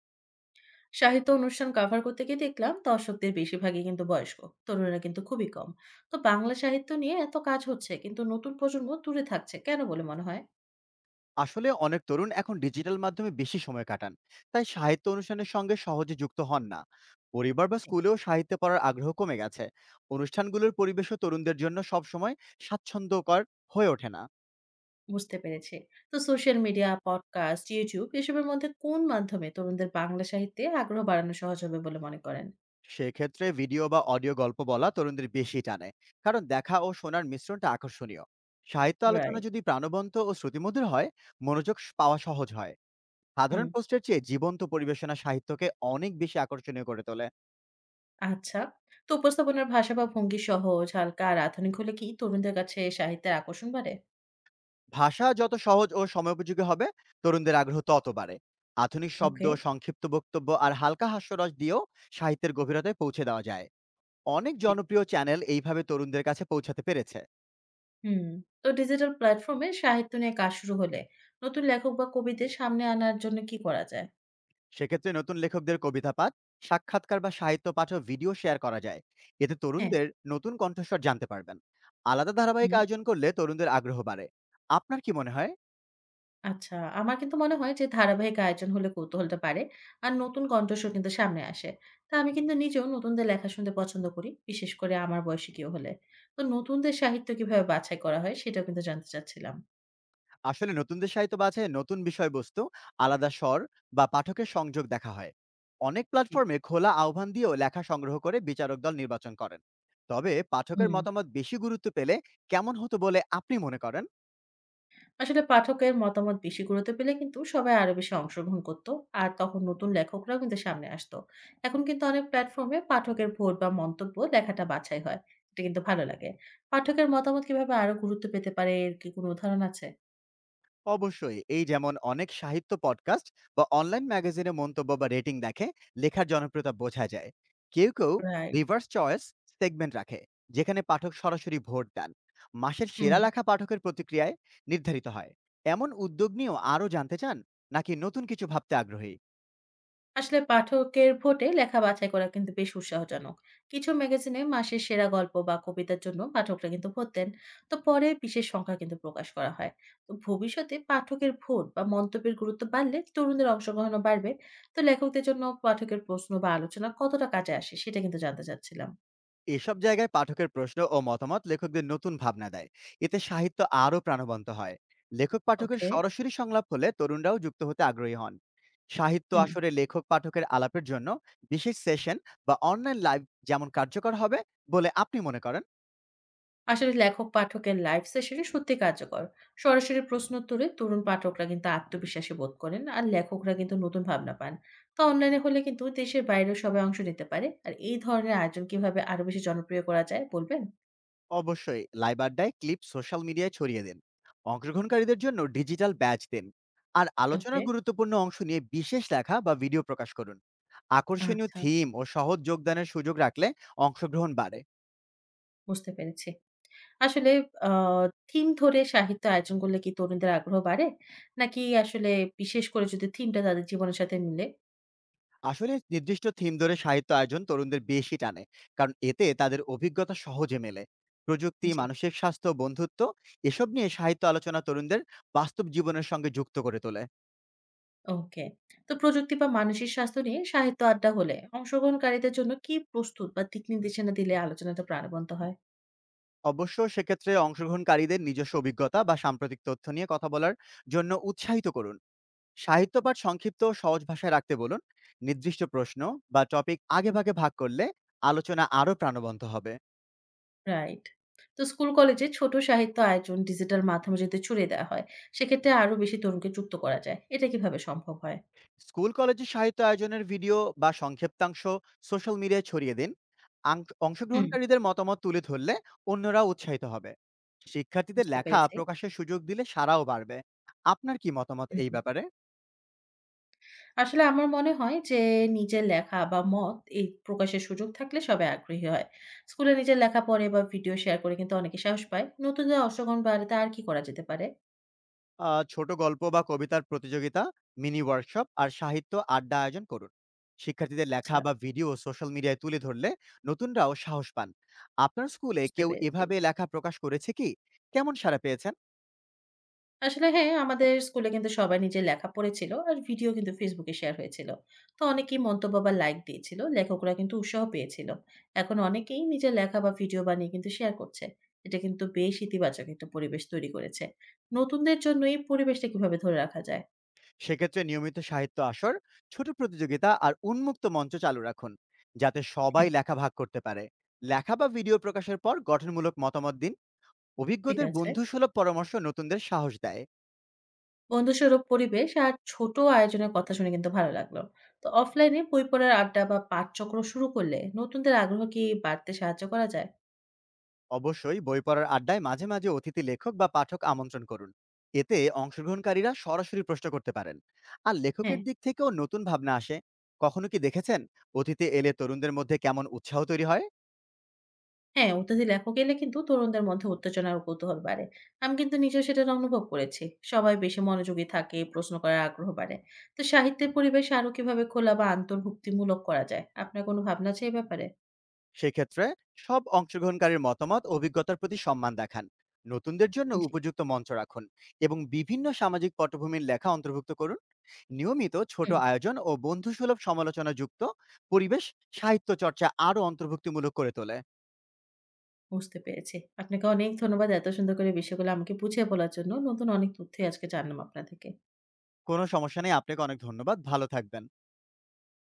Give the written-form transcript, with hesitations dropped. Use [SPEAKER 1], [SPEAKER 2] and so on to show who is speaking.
[SPEAKER 1] সাহিত্য অনুষ্ঠান কভার করতে গিয়ে দেখলাম দর্শকদের বেশিরভাগই কিন্তু বয়স্ক। তরুণরা কিন্তু খুবই কম। তো বাংলা সাহিত্য নিয়ে এত কাজ হচ্ছে, কিন্তু নতুন প্রজন্ম দূরে থাকছে কেন বলে মনে হয়?
[SPEAKER 2] আসলে অনেক তরুণ এখন ডিজিটাল মাধ্যমে বেশি সময় কাটান। তাই সাহিত্য অনুষ্ঠানের সঙ্গে সহজে যুক্ত হন না। পরিবার বা স্কুলেও সাহিত্য পড়ার আগ্রহ কমে গেছে। অনুষ্ঠানগুলোর পরিবেশও তরুণদের জন্য সবসময় স্বাচ্ছন্দ্যকর হয়ে ওঠে না।
[SPEAKER 1] বুঝতে পেরেছি। তো সোশ্যাল মিডিয়া, পডকাস্ট, ইউটিউব, এসবের মধ্যে কোন মাধ্যমে তরুণদের বাংলা সাহিত্যে আগ্রহ বাড়ানো সহজ হবে বলে মনে করেন?
[SPEAKER 2] সেক্ষেত্রে ভিডিও বা অডিও গল্প বলা তরুণদের বেশি টানে, কারণ দেখা ও শোনার মিশ্রণটা আকর্ষণীয়। সাহিত্য আলোচনা
[SPEAKER 1] রাইট।
[SPEAKER 2] যদি প্রাণবন্ত ও শ্রুতিমধুর হয়, মনোযোগ পাওয়া সহজ হয়।
[SPEAKER 1] হুম।
[SPEAKER 2] সাধারণ পোস্টের চেয়ে জীবন্ত পরিবেশনা সাহিত্যকে অনেক বেশি আকর্ষণীয় করে তোলে।
[SPEAKER 1] আচ্ছা, তো উপস্থাপনার ভাষা বা ভঙ্গি সহজ, হালকা আর আধুনিক হলে কি তরুণদের কাছে সাহিত্যের আকর্ষণ বাড়ে?
[SPEAKER 2] ভাষা যত সহজ ও সময়োপযোগী হবে, তরুণদের আগ্রহ তত বাড়ে। আধুনিক শব্দ,
[SPEAKER 1] ওকে।
[SPEAKER 2] সংক্ষিপ্ত বক্তব্য আর হালকা হাস্যরস দিয়েও সাহিত্যের গভীরতায় পৌঁছে দেওয়া যায়। অনেক জনপ্রিয় চ্যানেল এইভাবে তরুণদের কাছে পৌঁছাতে পেরেছে।
[SPEAKER 1] হুম। তো ডিজিটাল প্ল্যাটফর্মে সাহিত্য নিয়ে কাজ শুরু হলে নতুন লেখক বা কবিদের সামনে আনার জন্য কি করা যায়?
[SPEAKER 2] সেক্ষেত্রে নতুন লেখকদের কবিতা পাঠ, সাক্ষাৎকার বা সাহিত্য পাঠও ভিডিও শেয়ার করা যায়। এতে
[SPEAKER 1] হ্যাঁ।
[SPEAKER 2] তরুণদের নতুন কণ্ঠস্বর জানতে পারবেন। আলাদা ধারাবাহিক
[SPEAKER 1] হুম।
[SPEAKER 2] আয়োজন করলে তরুণদের আগ্রহ বাড়ে। আপনার কি মনে হয়?
[SPEAKER 1] আচ্ছা, আমার কিন্তু মনে হয় যে ধারাবাহিক আয়োজন হলে কৌতূহলটা পারে, আর নতুন কণ্ঠস্বর কিন্তু সামনে আসে। তা আমি কিন্তু নিজেও নতুনদের লেখা শুনতে পছন্দ করি, বিশেষ করে আমার বয়সী কেউ হলে। তো নতুনদের সাহিত্য কিভাবে বাছাই করা হয়, সেটাও কিন্তু জানতে চাচ্ছিলাম।
[SPEAKER 2] আসলে নতুনদের সাহিত্য বাছাই নতুন বিষয়বস্তু, আলাদা স্বর বা পাঠকের সংযোগ দেখা হয়। অনেক
[SPEAKER 1] জি।
[SPEAKER 2] প্ল্যাটফর্মে খোলা আহ্বান দিয়েও লেখা সংগ্রহ করে বিচারক দল নির্বাচন করেন। তবে পাঠকের
[SPEAKER 1] হুম।
[SPEAKER 2] মতামত বেশি গুরুত্ব পেলে কেমন হতো বলে আপনি মনে করেন?
[SPEAKER 1] আসলে পাঠকের মতামত বেশি গুরুত্ব পেলে কিন্তু সবাই আরো বেশি অংশগ্রহণ করতো, আর তখন নতুন লেখকরাও কিন্তু সামনে আসতো। এখন কিন্তু অনেক প্ল্যাটফর্মে পাঠকের ভোট বা মন্তব্য লেখাটা বাছাই হয়। এটা কিন্তু ভালো লাগে। পাঠকের মতামত কিভাবে আরো গুরুত্ব পেতে পারে, এর কি কোনো উদাহরণ আছে?
[SPEAKER 2] অবশ্যই। এই যেমন অনেক সাহিত্য পডকাস্ট বা অনলাইন ম্যাগাজিনে মন্তব্য বা রেটিং দেখে লেখার জনপ্রিয়তা বোঝা যায়। কেউ কেউ
[SPEAKER 1] রাইট।
[SPEAKER 2] রিভার্স চয়েস সেগমেন্ট রাখে, যেখানে পাঠক সরাসরি ভোট দেন। মাসের
[SPEAKER 1] হুম।
[SPEAKER 2] সেরা লেখা পাঠকের প্রতিক্রিয়ায় নির্ধারিত হয়। এমন উদ্যোগ নিয়েও আরও জানতে চান? নাকি নতুন কিছু ভাবতে আগ্রহী?
[SPEAKER 1] আসলে পাঠকের ভোটে লেখা বাছাই করা কিন্তু বেশ উৎসাহজনক। কিছু ম্যাগাজিনে মাসের সেরা গল্প বা কবিতার জন্য পাঠকরা কিন্তু ভোট দেন। তো পরে বিশেষ সংখ্যা কিন্তু প্রকাশ করা হয়। তো ভবিষ্যতে পাঠকের ভোট বা মন্তব্যের গুরুত্ব বাড়লে তরুণদের অংশগ্রহণও বাড়বে। তো লেখকদের জন্য পাঠকের প্রশ্ন বা আলোচনা কতটা কাজে আসে, সেটা কিন্তু জানতে চাচ্ছিলাম।
[SPEAKER 2] এসব জায়গায় পাঠকের প্রশ্ন ও মতামত লেখকদের নতুন ভাবনা দেয়। এতে সাহিত্য আরও প্রাণবন্ত হয়। লেখক পাঠকের
[SPEAKER 1] ওকে।
[SPEAKER 2] সরাসরি সংলাপ হলে তরুণরাও যুক্ত হতে আগ্রহী হন। সাহিত্য
[SPEAKER 1] হুম।
[SPEAKER 2] আসরে লেখক পাঠকের আলাপের জন্য বিশেষ সেশন বা অনলাইন লাইভ যেমন কার্যকর হবে বলে আপনি মনে করেন?
[SPEAKER 1] আসলে লেখক পাঠকের লাইভ সেশনে সত্যি কার্যকর। সরাসরি প্রশ্ন উত্তরে তরুণ পাঠকরা কিন্তু আত্মবিশ্বাসী বোধ করেন, আর লেখকরা কিন্তু নতুন ভাবনা পান। তো অনলাইনে হলে কিন্তু দেশের বাইরেও সবাই অংশ নিতে পারে, আর এই ধরনের আয়োজন কিভাবে আরো বেশি জনপ্রিয় করা যায় বলবেন?
[SPEAKER 2] অবশ্যই লাইভ আড্ডায় ক্লিপ সোশ্যাল মিডিয়ায় ছড়িয়ে দিন, অংশগ্রহণকারীদের জন্য ডিজিটাল ব্যাচ দিন, আর
[SPEAKER 1] ওকে।
[SPEAKER 2] আলোচনার গুরুত্বপূর্ণ অংশ নিয়ে বিশেষ লেখা বা ভিডিও প্রকাশ করুন। আকর্ষণীয়
[SPEAKER 1] আচ্ছা।
[SPEAKER 2] থিম ও সহজ যোগদানের সুযোগ রাখলে অংশগ্রহণ বাড়ে।
[SPEAKER 1] বুঝতে পেরেছি। আসলে আহ থিম ধরে সাহিত্য আয়োজন করলে কি তরুণদের আগ্রহ বাড়ে, নাকি আসলে, বিশেষ করে যদি থিমটা তাদের জীবনের সাথে মিলে?
[SPEAKER 2] আসলে নির্দিষ্ট থিম ধরে সাহিত্য আয়োজন তরুণদের বেশি টানে, কারণ এতে তাদের অভিজ্ঞতা সহজে মেলে। প্রযুক্তি,
[SPEAKER 1] জি।
[SPEAKER 2] মানসিক স্বাস্থ্য, বন্ধুত্ব এসব নিয়ে সাহিত্য আলোচনা তরুণদের বাস্তব জীবনের সঙ্গে যুক্ত করে তোলে।
[SPEAKER 1] ওকে। তো প্রযুক্তি বা মানসিক স্বাস্থ্য নিয়ে সাহিত্য আড্ডা হলে অংশগ্রহণকারীদের জন্য কি প্রস্তুত বা দিক নির্দেশনা দিলে আলোচনাটা প্রাণবন্ত হয়?
[SPEAKER 2] অবশ্য সেক্ষেত্রে অংশগ্রহণকারীদের নিজস্ব অভিজ্ঞতা বা সাম্প্রতিক তথ্য নিয়ে কথা বলার জন্য উৎসাহিত করুন। সাহিত্য পাঠ সংক্ষিপ্ত ও সহজ ভাষায় রাখতে বলুন। নির্দিষ্ট প্রশ্ন বা টপিক আগে ভাগে ভাগ করলে আলোচনা আরও প্রাণবন্ত হবে।
[SPEAKER 1] রাইট। তো স্কুল কলেজে ছোট সাহিত্য আয়োজন ডিজিটাল মাধ্যমে যদি ছড়িয়ে দেওয়া হয়, সেক্ষেত্রে আরো বেশি তরুণকে যুক্ত করা যায়। এটা কিভাবে সম্ভব হয়?
[SPEAKER 2] স্কুল কলেজে সাহিত্য আয়োজনের ভিডিও বা সংক্ষিপ্তাংশ সোশ্যাল মিডিয়ায় ছড়িয়ে দিন।
[SPEAKER 1] হুম।
[SPEAKER 2] অংশগ্রহণকারীদের মতামত তুলে ধরলে অন্যরা উৎসাহিত হবে। শিক্ষার্থীদের
[SPEAKER 1] বুঝতে
[SPEAKER 2] লেখা
[SPEAKER 1] পেরেছি।
[SPEAKER 2] প্রকাশের সুযোগ দিলে সারাও বাড়বে। আপনার কি মতামত এই
[SPEAKER 1] হুম।
[SPEAKER 2] ব্যাপারে?
[SPEAKER 1] আসলে আমার মনে হয় যে নিজের লেখা বা মত এই প্রকাশের সুযোগ থাকলে সবাই আগ্রহী হয়। স্কুলে নিজের লেখা পড়ে বা ভিডিও শেয়ার করে কিন্তু অনেকে সাহস পায়। নতুনদের অংশগ্রহণ বাড়াতে আর কি করা যেতে পারে?
[SPEAKER 2] ছোট গল্প বা কবিতার প্রতিযোগিতা, মিনি ওয়ার্কশপ আর সাহিত্য আড্ডা আয়োজন করুন। শিক্ষার্থীদের
[SPEAKER 1] আচ্ছা।
[SPEAKER 2] লেখা বা ভিডিও সোশ্যাল মিডিয়ায় তুলে ধরলে নতুনরাও সাহস পান। আপনার স্কুলে
[SPEAKER 1] বুঝতে
[SPEAKER 2] কেউ
[SPEAKER 1] পেরেছি।
[SPEAKER 2] এভাবে লেখা প্রকাশ করেছে কি? কেমন সাড়া পেয়েছেন?
[SPEAKER 1] আসলে হ্যাঁ, আমাদের স্কুলে কিন্তু সবাই নিজের লেখা পড়েছিল আর ভিডিও কিন্তু ফেসবুকে শেয়ার হয়েছিল। তো অনেকেই মন্তব্য বা লাইক দিয়েছিল। লেখকরা কিন্তু উৎসাহ পেয়েছিল। এখন অনেকেই নিজের লেখা বা ভিডিও বানিয়ে কিন্তু শেয়ার করছে। এটা কিন্তু বেশ ইতিবাচক একটা পরিবেশ তৈরি করেছে। নতুনদের জন্য এই পরিবেশটা কিভাবে ধরে রাখা যায়?
[SPEAKER 2] সেক্ষেত্রে নিয়মিত সাহিত্য আসর, ছোট প্রতিযোগিতা আর উন্মুক্ত মঞ্চ চালু রাখুন, যাতে
[SPEAKER 1] হ্যাঁ।
[SPEAKER 2] সবাই লেখা ভাগ করতে পারে। লেখা বা ভিডিও প্রকাশের পর গঠনমূলক মতামত দিন।
[SPEAKER 1] ঠিক
[SPEAKER 2] অভিজ্ঞদের
[SPEAKER 1] আছে।
[SPEAKER 2] বন্ধুসুলভ পরামর্শ নতুনদের সাহস দেয়।
[SPEAKER 1] বন্ধুস্বরূপ পরিবেশ আর ছোট আয়োজনের কথা শুনে কিন্তু ভালো লাগলো। তো অফলাইনে বই পড়ার আড্ডা বা পাঠচক্র শুরু করলে নতুনদের আগ্রহ কি বাড়তে সাহায্য করা যায়?
[SPEAKER 2] অবশ্যই বই পড়ার আড্ডায় মাঝে মাঝে অতিথি লেখক বা পাঠক আমন্ত্রণ করুন। এতে অংশগ্রহণকারীরা সরাসরি প্রশ্ন করতে পারেন। আর
[SPEAKER 1] হ্যাঁ।
[SPEAKER 2] লেখকের দিক থেকেও নতুন ভাবনা আসে। কখনো কি দেখেছেন অতীতে এলে তরুণদের মধ্যে কেমন উৎসাহ তৈরি হয়?
[SPEAKER 1] হ্যাঁ, উঠতি লেখক এলে কিন্তু তরুণদের মধ্যে উত্তেজনা আর কৌতূহল বাড়ে। আমি কিন্তু নিজেও সেটা অনুভব করেছি। সবাই বেশি মনোযোগী থাকে, প্রশ্ন করার আগ্রহ বাড়ে। তো সাহিত্যের পরিবেশ আরো কিভাবে খোলা বা অন্তর্ভুক্তিমূলক করা যায়? আপনার কোনো ভাবনা আছে এই ব্যাপারে?
[SPEAKER 2] সেক্ষেত্রে সব অংশগ্রহণকারীর মতামত অভিজ্ঞতার প্রতি সম্মান দেখান, নতুনদের জন্য
[SPEAKER 1] জি।
[SPEAKER 2] উপযুক্ত মঞ্চ রাখুন এবং বিভিন্ন সামাজিক পটভূমির লেখা অন্তর্ভুক্ত করুন। নিয়মিত ছোট
[SPEAKER 1] হুম।
[SPEAKER 2] আয়োজন ও বন্ধুসুলভ সমালোচনা যুক্ত পরিবেশ সাহিত্য চর্চা আরও অন্তর্ভুক্তিমূলক করে তোলে।
[SPEAKER 1] বুঝতে পেরেছি। আপনাকে অনেক ধন্যবাদ এত সুন্দর করে বিষয়গুলো আমাকে বুঝিয়ে বলার জন্য। নতুন অনেক তথ্যই আজকে জানলাম আপনার থেকে।
[SPEAKER 2] কোনো সমস্যা নেই, আপনাকে অনেক ধন্যবাদ, ভালো থাকবেন।